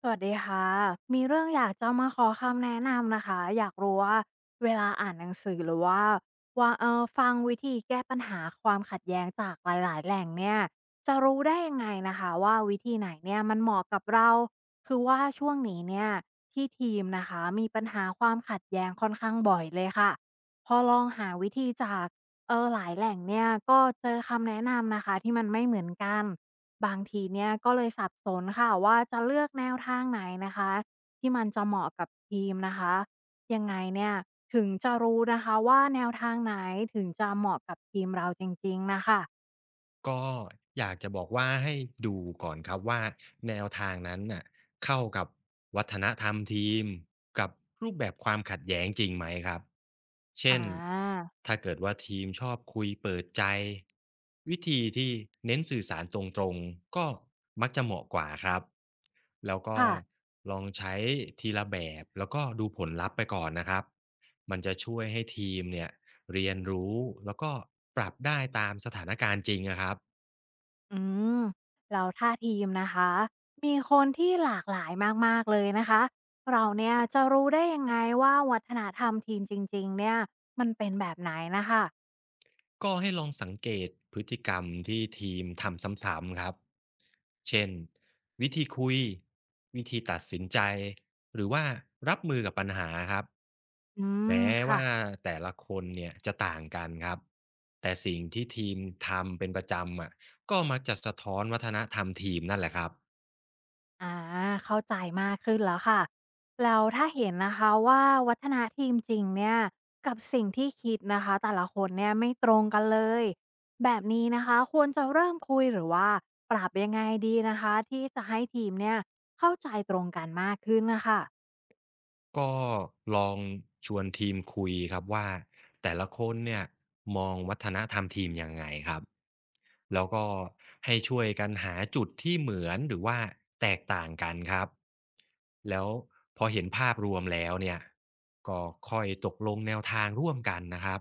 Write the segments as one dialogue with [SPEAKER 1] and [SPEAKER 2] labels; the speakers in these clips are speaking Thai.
[SPEAKER 1] สวัสดีค่ะมีเรื่องอยากจะมาขอคำแนะนำนะคะอยากรู้ว่าเวลาอ่านหนังสือหรือว่าฟังวิธีแก้ปัญหาความขัดแย้งจากหลายๆแหล่งเนี่ยจะรู้ได้ยังไงนะคะว่าวิธีไหนเนี่ยมันเหมาะกับเราคือว่าช่วงนี้เนี่ยที่ทีมนะคะมีปัญหาความขัดแย้งค่อนข้างบ่อยเลยค่ะพอลองหาวิธีจากหลายแหล่งเนี่ยก็เจอคำแนะนำนะคะที่มันไม่เหมือนกัน บางทีเนี่ยก็เลยสับสนค่ะว่าจะเลือกแนวทางไหนนะคะที่มันจะเหมาะกับทีมนะคะยังไงเนี่ยถึงจะรู้นะคะว่าแนวทางไหนถึงจะเหมาะกับทีมเราจริงๆนะคะ
[SPEAKER 2] ก็อยากจะบอกว่าให้ดูก่อนครับว่าแนวทางนั้นน่ะเข้ากับวัฒนธรรมทีมกับรูปแบบความขัดแย้งจริงไหมครับ
[SPEAKER 1] อ่
[SPEAKER 2] เช่น
[SPEAKER 1] า
[SPEAKER 2] ถ้าเกิดว่าทีมชอบคุยเปิดใจวิธีที่เน้นสื่อสารตรงๆก็มักจะเหมาะกว่าครับแล้วก็
[SPEAKER 1] ค่ะ
[SPEAKER 2] ลองใช้ทีละแบบแล้วก็ดูผลลัพธ์ไปก่อนนะครับมันจะช่วยให้ทีมเนี่ย เรียนรู้แล้วก็ปรับได้ตามสถานการณ์จริงอะครับ
[SPEAKER 1] อืมแล้วถ้าทีมนะคะมีคนที่หลากหลายมากๆเลยนะคะเราเนี่ยจะรู้ได้ยังไงว่าวัฒนธรรมทีมจริงๆเนี่ยมันเป็นแบบไหนนะคะ
[SPEAKER 2] ก็ให้ลองสังเกตพฤติกรรมที่ทีมทำซ้ำๆครับเช่นวิธีคุยวิธีตัดสินใจหรือว่ารับมือกับปัญหาครับ
[SPEAKER 1] อืม
[SPEAKER 2] แม้
[SPEAKER 1] ค่ะ
[SPEAKER 2] ว่าแต่ละคนเนี่ยจะต่างกันครับแต่สิ่งที่ทีมทำเป็นประจำอะก็มักจะสะท้อนวัฒนธรรมทีมนั่นแหละครับ
[SPEAKER 1] อาเข้าใจมากขึ้นแล้วค่ะแล้วถ้าเห็นนะคะว่าวัฒนธรรมจริงเนี่ยกับสิ่งที่คิดนะคะแต่ละคนเนี่ยไม่ตรงกันเลยแบบนี้นะคะควรจะเริ่มคุยหรือว่าปรับยังไงดีนะคะที่จะให้ทีมเนี่ยเข้าใจตรงกันมากขึ้นนะคะ
[SPEAKER 2] ก็ลองชวนทีมคุยครับว่าแต่ละคนเนี่ยมองวัฒนธรรมทีมยังไงครับแล้วก็ให้ช่วยกันหาจุดที่เหมือนหรือว่าแตกต่างกันครับแล้วพอเห็นภาพรวมแล้วเนี่ยก็ค่อยตกลงแนวทางร่วมกันนะครับ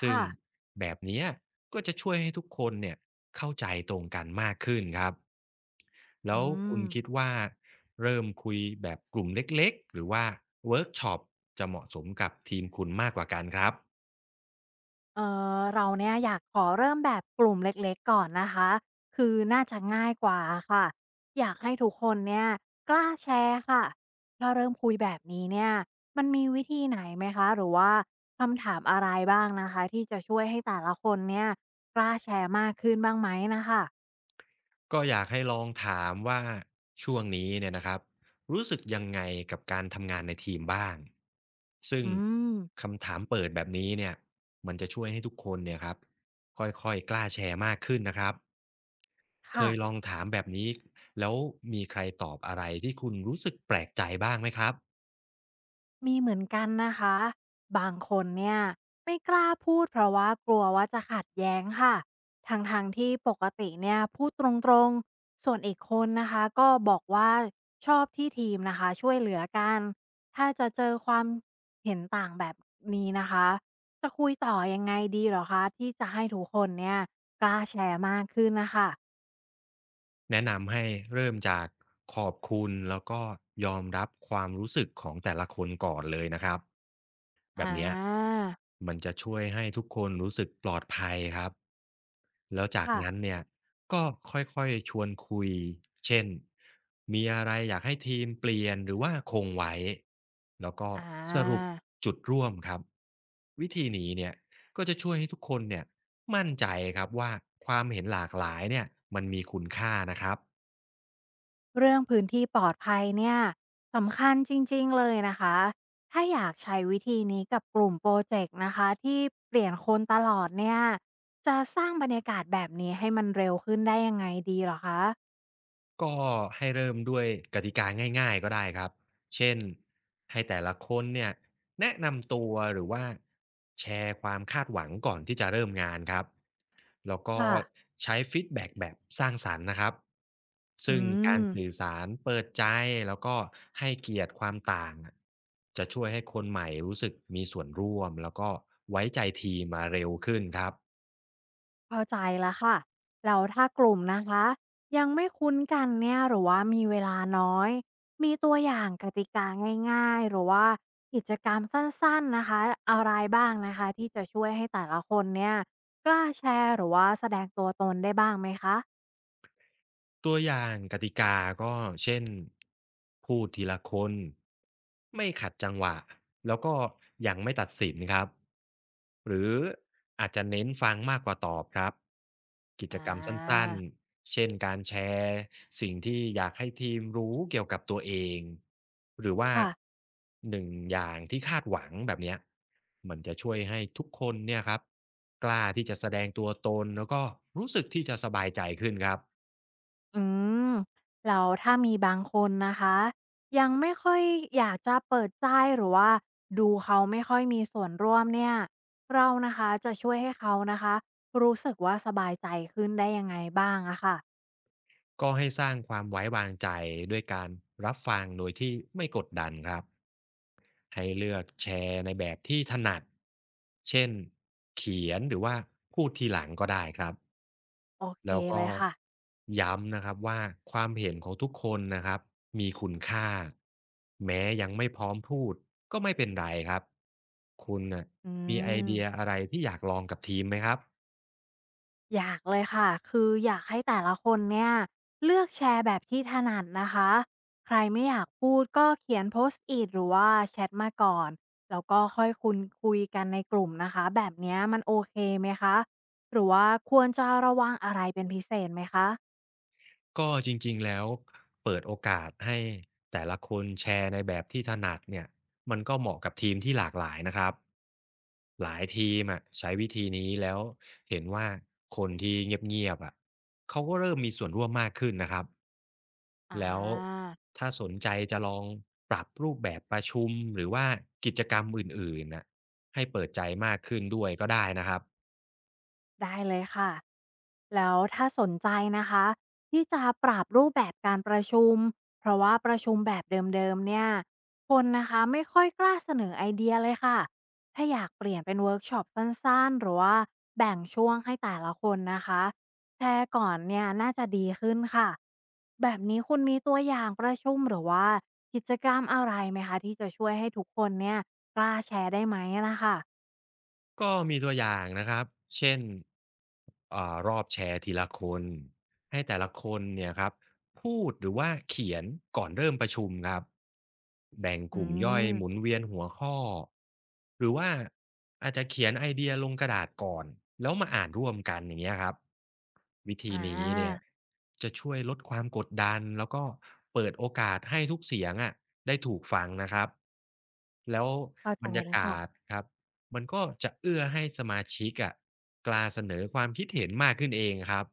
[SPEAKER 2] ซึ่ง
[SPEAKER 1] ค่ะ
[SPEAKER 2] แบบเนี้ยก็จะช่วยให้ทุกคนเนี่ยเข้าใจตรงกันมากขึ้นครับ
[SPEAKER 1] อื
[SPEAKER 2] แล้วคุ
[SPEAKER 1] ม
[SPEAKER 2] ณคิดว่าเริ่มคุยแบบกลุ่มเล็กๆหรือว่าเวิร์กช็อปจะเหมาะสมกับทีมคุณมากกว่ากันครับ
[SPEAKER 1] เอเราเนี่ยอยากขอเริ่มแบบกลุ่มเล็กๆก่อนนะคะคือน่าจะง่ายกว่าค่ะอยากให้ทุกคนเนี่ยกล้าแชร์ค่ะถ้าเริ่มคุยแบบนี้เนี่ยมันมีวิธีไหนไหมคะหรือว่าคำถามอะไรบ้างนะคะที่จะช่วยให้แต่ละคนเนี่ยกล้าแชร์มากขึ้นบ้างไหมนะคะ
[SPEAKER 2] ก็อยากให้ลองถามว่าช่วงนี้เนี่ยนะครับรู้สึกยังไงกับการทำงานในทีมบ้างซึ่ง
[SPEAKER 1] อืม
[SPEAKER 2] คำถามเปิดแบบนี้เนี่ยมันจะช่วยให้ทุกคนเนี่ยครับค่อยๆกล้าแชร์มากขึ้นนะครับเค
[SPEAKER 1] ค่ะ
[SPEAKER 2] ยลองถามแบบนี้แล้วมีใครตอบอะไรที่คุณรู้สึกแปลกใจบ้างไหมครับ
[SPEAKER 1] มีเหมือนกันนะคะบางคนเนี่ยไม่กล้าพูดเพราะว่ากลัวว่าจะขัดแย้งค่ะทางที่ปกติเนี่ยพูดตรงๆส่วนอีกคนนะคะก็บอกว่าชอบที่ทีมนะคะช่วยเหลือกันถ้าจะเจอความเห็นต่างแบบนี้นะคะจะคุยต่อยังไงดีเหรอคะที่จะให้ทุกคนเนี่ยกล้าแชร์มากขึ้นนะคะ
[SPEAKER 2] แนะนำให้เริ่มจากขอบคุณแล้วก็ยอมรับความรู้สึกของแต่ละคนก่อนเลยนะครับแบ
[SPEAKER 1] อ่
[SPEAKER 2] บเนี้ย
[SPEAKER 1] า
[SPEAKER 2] มันจะช่วยให้ทุกคนรู้สึกปลอดภัยครับแล้วจาก
[SPEAKER 1] ค่ะ
[SPEAKER 2] นั้นเนี่ยก็ค่อยๆชวนคุยเช่นมีอะไรอยากให้ทีมเปลี่ยนหรือว่าคงไว้แล้วก็
[SPEAKER 1] อ่า
[SPEAKER 2] สรุปจุดร่วมครับวิธีนี้เนี่ยก็จะช่วยให้ทุกคนเนี่ยมั่นใจครับว่าความเห็นหลากหลายเนี่ยมันมีคุณค่านะครับ
[SPEAKER 1] เรื่องพื้นที่ปลอดภัยเนี่ยสำคัญจริงๆเลยนะคะ ถ้าอยากใช้วิธีนี้กับกลุ่มโปรเจกต์นะคะที่เปลี่ยนคนตลอดเนี่ยจะสร้างบรรยากาศแบบนี้ให้มันเร็วขึ้นได้ยังไงดีเหรอคะ
[SPEAKER 2] ก็ให้เริ่มด้วยกติกาง่ายๆก็ได้ครับ เช่นให้แต่ละคนเนี่ยแนะนำตัวหรือว่าแชร์ความคาดหวังก่อนที่จะเริ่มงานครับแล้วก็
[SPEAKER 1] ค่ะ
[SPEAKER 2] ใช้ฟีดแบ็กแบบสร้างสรรค์นะครับ
[SPEAKER 1] อื
[SPEAKER 2] ซึ่งการ
[SPEAKER 1] ม
[SPEAKER 2] สื่อสารเปิดใจแล้วก็ให้เกียรติความต่างอะจะช่วยให้คนใหม่รู้สึกมีส่วนร่วมแล้วก็ไว้ใจทีมมาเร็วขึ้นครับ
[SPEAKER 1] เข้าใจแล้วค่ะแล้วถ้ากลุ่มนะคะยังไม่คุ้นกันเนี่ยหรือว่ามีเวลาน้อยมีตัวอย่างกติกาง่ายๆหรือว่ากิจกรรมสั้นๆนะคะอะไรบ้างนะคะที่จะช่วยให้แต่ละคนเนี่ยกล้าแชร์หรือว่าแสดงตัวตนได้บ้างไหมคะ
[SPEAKER 2] ตัวอย่างกติกาก็เช่นพูดทีละคนไม่ขัดจังหวะแล้วก็ยังไม่ตัดสินครับหรืออาจจะเน้นฟังมากกว่าตอบครับกิ
[SPEAKER 1] อ่
[SPEAKER 2] จกรรมสั้น
[SPEAKER 1] า
[SPEAKER 2] ๆเช่นการแชร์สิ่งที่อยากให้ทีมรู้เกี่ยวกับตัวเองหรือว่า
[SPEAKER 1] ค่ะ
[SPEAKER 2] หนึ่งอย่างที่คาดหวังแบบเนี้ยมันจะช่วยให้ทุกคนเนี่ยครับกล้าที่จะแสดงตัวตนแล้วก็รู้สึกที่จะสบายใจขึ้นครับ
[SPEAKER 1] อืมแล้วถ้ามีบางคนนะคะยังไม่ค่อยอยากจะเปิดใจหรือว่าดูเขาไม่ค่อยมีส่วนร่วมเนี่ยเรานะคะจะช่วยให้เขานะคะรู้สึกว่าสบายใจขึ้นได้ยังไงบ้างอะค่ะ
[SPEAKER 2] ก็ให้สร้างความไว้วางใจด้วยการรับฟังโดยที่ไม่กดดันครับให้เลือกแชร์ในแบบที่ถนัดเช่นเขียนหรือว่าพูดทีหลังก็ได้ครับ
[SPEAKER 1] โอเค
[SPEAKER 2] แล้ว
[SPEAKER 1] เล
[SPEAKER 2] ก็
[SPEAKER 1] ยค่ะ
[SPEAKER 2] ย้ำนะครับว่าความเห็นของทุกคนนะครับมีคุณค่าแม้ยังไม่พร้อมพูดก็ไม่เป็นไรครับคุณน่ะ
[SPEAKER 1] อื
[SPEAKER 2] มีไอ
[SPEAKER 1] ม
[SPEAKER 2] เดียอะไรที่อยากลองกับทีมไหมครับ
[SPEAKER 1] อยากเลยค่ะ คืออยากให้แต่ละคนเนี่ยเลือกแชร์แบบที่ถนัดนะคะ ใครไม่อยากพูดก็เขียนโพสต์อีทหรือว่าแชทมาก่อน แล้วก็ค่อยคุยกันในกลุ่มนะคะ แบบเนี้ยมันโอเคไหมคะ หรือว่าควรจะระวังอะไรเป็นพิเศษไหมคะ
[SPEAKER 2] ก็จริงๆแล้วเปิดโอกาสให้แต่ละคนแชร์ในแบบที่ถนัดเนี่ยมันก็เหมาะกับทีมที่หลากหลายนะครับหลายทีมอะใช้วิธีนี้แล้วเห็นว่าคนที่เงียบๆอะเขาก็เริ่มมีส่วนร่วมมากขึ้นนะครับ
[SPEAKER 1] อา
[SPEAKER 2] แล้วถ้าสนใจจะลองปรับรูปแบบประชุมหรือว่ากิจกรรมอื่นๆน่ะให้เปิดใจมากขึ้นด้วยก็ได้นะครับ
[SPEAKER 1] ได้เลยค่ะแล้วถ้าสนใจนะคะที่จะปรับรูปแบบการประชุมเพราะว่าประชุมแบบเดิมๆเนี่ยคนนะคะไม่ค่อยกล้าเสนอไอเดียเลยค่ะถ้าอยากเปลี่ยนเป็นเวิร์กช็อปสั้นๆหรือว่าแบ่งช่วงให้แต่ละคนนะคะแชร์ก่อนเนี่ยน่าจะดีขึ้นค่ะแบบนี้คุณมีตัวอย่างประชุมหรือว่ากิจกรรมอะไรไหมคะที่จะช่วยให้ทุกคนเนี่ยกล้าแชร์ได้ไหมนะคะ
[SPEAKER 2] ก็มีตัวอย่างนะครับเช่นรอบแชร์ทีละคนให้แต่ละคนเนี่ยครับพูดหรือว่าเขียนก่อนเริ่มประชุมครับแบ่ง
[SPEAKER 1] อื
[SPEAKER 2] กลุ่มย่อยหมุน
[SPEAKER 1] ม
[SPEAKER 2] เวียนหัวข้อหรือว่าอาจจะเขียนไอเดียลงกระดาษก่อนแล้วมาอ่านร่วมกันอย่างเงี้ยครับวิธี
[SPEAKER 1] อ่า
[SPEAKER 2] นี้เนี่ยจะช่วยลดความกดดันแล้วก็เปิดโอกาสให้ทุกเสียงอะได้ถูกฟังนะครับแล้ว
[SPEAKER 1] เข้าใจ
[SPEAKER 2] บรรยา
[SPEAKER 1] แล้วค่ะ
[SPEAKER 2] กาศครับ มันก็จะเอื้อให้สมาชิกอะกล้าเสนอความคิดเห็นมากขึ้นเองครับ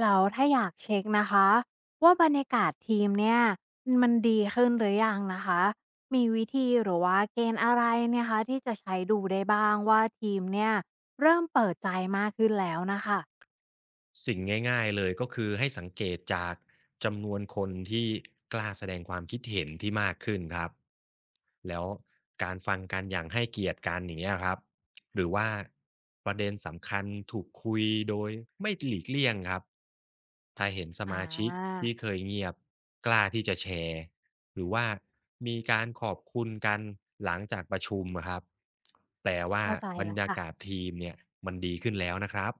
[SPEAKER 1] แล้วถ้าอยากเช็คนะคะว่าบรรยากาศทีมเนี่ยมันดีขึ้นหรือยังนะคะมีวิธีหรือว่าเกณฑ์อะไรเนี่ยคะที่จะใช้ดูได้บ้างว่าทีมเนี่ยเริ่มเปิดใจมากขึ้นแล้วนะคะ
[SPEAKER 2] สิ่งง่ายๆเลยก็คือให้สังเกตจากจำนวนคนที่กล้าแสดงความคิดเห็นที่มากขึ้นครับแล้วการฟังกันอย่างให้เกียรติกันอย่างนี้ยครับหรือว่าประเด็นสำคัญถูกคุยโดยไม่หลีกเลี่ยงครับถ้าเห็นส
[SPEAKER 1] อ
[SPEAKER 2] มาชิก
[SPEAKER 1] า
[SPEAKER 2] ที่เคยเงียบกล้าที่จะแชร์หรือว่ามีการขอบคุณกันหลังจากประชุมอะครับแปลว่า
[SPEAKER 1] เข้าใจ
[SPEAKER 2] บรร
[SPEAKER 1] แล้ว
[SPEAKER 2] ยา
[SPEAKER 1] ค่ะ
[SPEAKER 2] กาศทีมเนี่ยมันดีขึ้นแล้วนะครับ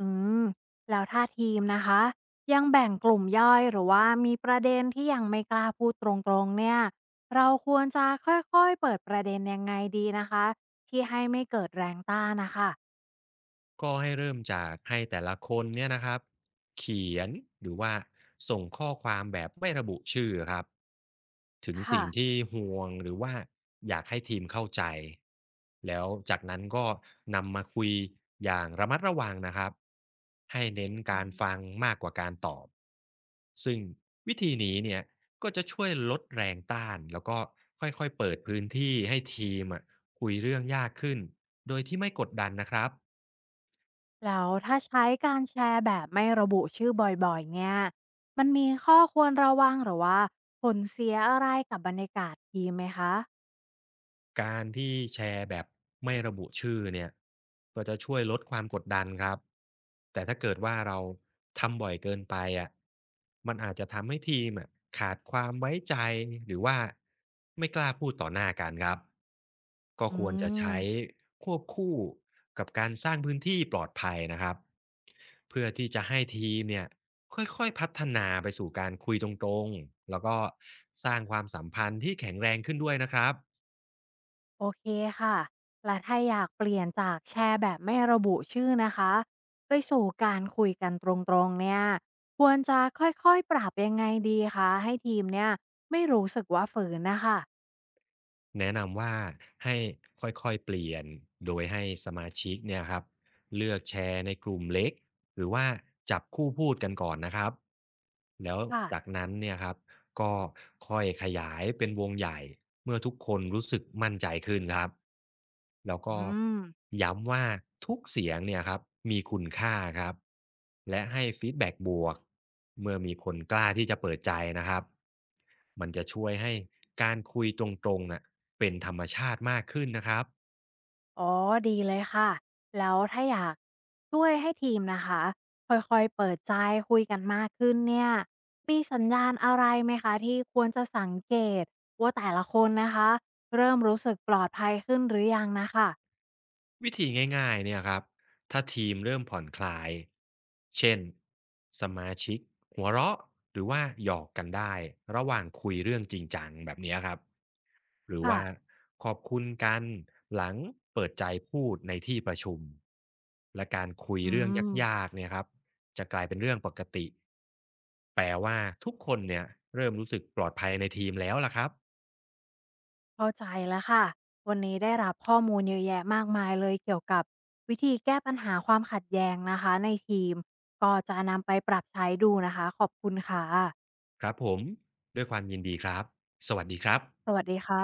[SPEAKER 1] อืมแล้วถ้าทีมนะคะยังแบ่งกลุ่มย่อยหรือว่ามีประเด็นที่ยังไม่กล้าพูดตรงๆเนี่ยเราควรจะค่อยๆเปิดประเด็นยังไงดีนะคะที่ให้ไม่เกิดแรงต้านนะคะ
[SPEAKER 2] ก็ให้เริ่มจากให้แต่ละคนเนี่ยนะครับเขียนหรือว่าส่งข้อความแบบไม่ระบุชื่อครับถึง
[SPEAKER 1] ค่ะ
[SPEAKER 2] สิ่งที่ห่วงหรือว่าอยากให้ทีมเข้าใจแล้วจากนั้นก็นำมาคุยอย่างระมัดระวังนะครับให้เน้น
[SPEAKER 1] อื
[SPEAKER 2] การ
[SPEAKER 1] ม
[SPEAKER 2] ฟังมากกว่าการตอบซึ่งวิธีนี้เนี่ยก็จะช่วยลดแรงต้านแล้วก็ค่อยๆเปิดพื้นที่ให้ทีมอะคุยเรื่องยากขึ้นโดยที่ไม่กดดันนะครับ
[SPEAKER 1] แล้วถ้าใช้การแชร์แบบไม่ระบุชื่อบ่อยๆเนี่ย มันมีข้อควรระวังหรือว่าผลเสียอะไรกับบรรยากาศทีมไหมคะ
[SPEAKER 2] การที่แชร์แบบไม่ระบุชื่อเนี่ยก็จะช่วยลดความกดดันครับแต่ถ้าเกิดว่าเราทำบ่อยเกินไปอ่ะมันอาจจะทำให้ทีมอะขาดความไว้ใจหรือว่าไม่กล้าพูดต่อหน้ากันครับก็
[SPEAKER 1] อื
[SPEAKER 2] ควรจะใช้
[SPEAKER 1] ม
[SPEAKER 2] ควบคู่กับการสร้างพื้นที่ปลอดภัยนะครับเพื่อที่จะให้ทีมเนี่ยค่อยๆพัฒนาไปสู่การคุยตรงๆแล้วก็สร้างความสัมพันธ์ที่แข็งแรงขึ้นด้วยนะครับ
[SPEAKER 1] โอเคค่ะ และถ้าอยากเปลี่ยนจากแชร์แบบไม่ระบุชื่อนะคะ ไปสู่การคุยกันตรงๆเนี่ย ควรจะค่อยๆ ปรับยังไงดีคะให้ทีมเนี่ยไม่รู้สึกว่าฝืนนะคะ
[SPEAKER 2] แนะนำว่าให้ค่อยๆเปลี่ยนโดยให้สมาชิกเนี่ยครับเลือกแชร์ในกลุ่มเล็กหรือว่าจับคู่พูดกันก่อนนะครับแล้วจาก
[SPEAKER 1] ค่ะ
[SPEAKER 2] นั้นเนี่ยครับก็ค่อยขยายเป็นวงใหญ่เมื่อทุกคนรู้สึกมั่นใจขึ้นครับแล้วก็
[SPEAKER 1] อืม
[SPEAKER 2] ย้ำว่าทุกเสียงเนี่ยครับมีคุณค่าครับและให้ฟีดแบ็กบวกเมื่อมีคนกล้าที่จะเปิดใจนะครับมันจะช่วยให้การคุยตรงๆอ่ะ เป็นธรรมชาติมากขึ้นนะครับ
[SPEAKER 1] อ๋อดีเลยค่ะ แล้วถ้าอยากช่วยให้ทีมนะคะค่อยๆเปิดใจคุยกันมากขึ้นเนี่ยมีสัญญาณอะไรไหมคะที่ควรจะสังเกตว่าแต่ละคนนะคะเริ่มรู้สึกปลอดภัยขึ้นหรือยังนะคะ
[SPEAKER 2] วิธีง่ายๆเนี่ยครับถ้าทีมเริ่มผ่อนคลายเช่นสมาชิกหัวเราะหรือว่าหยอกกันได้ระหว่างคุยเรื่องจริงจังแบบเนี้ยครับหรือ
[SPEAKER 1] ค่ะ
[SPEAKER 2] ว่าขอบคุณกันหลังเปิดใจพูดในที่ประชุมและการคุย
[SPEAKER 1] อื
[SPEAKER 2] เรื่องยา
[SPEAKER 1] ม
[SPEAKER 2] กๆเนี่ยครับจะกลายเป็นเรื่องปกติแปลว่าทุกคนเนี่ยเริ่มรู้สึกปลอดภัยในทีมแล้วล่ะครับ
[SPEAKER 1] เข้าใจแล้วค่ะวันนี้ได้รับข้อมูลเยอะแยะมากมายเลยเกี่ยวกับวิธีแก้ปัญหาความขัดแย้งนะคะในทีมก็จะนำไปปรับใช้ดูนะคะขอบคุณค่ะ
[SPEAKER 2] ครับผมด้วยความยินดีครับสวัสดีครับ
[SPEAKER 1] สวัสดีค่ะ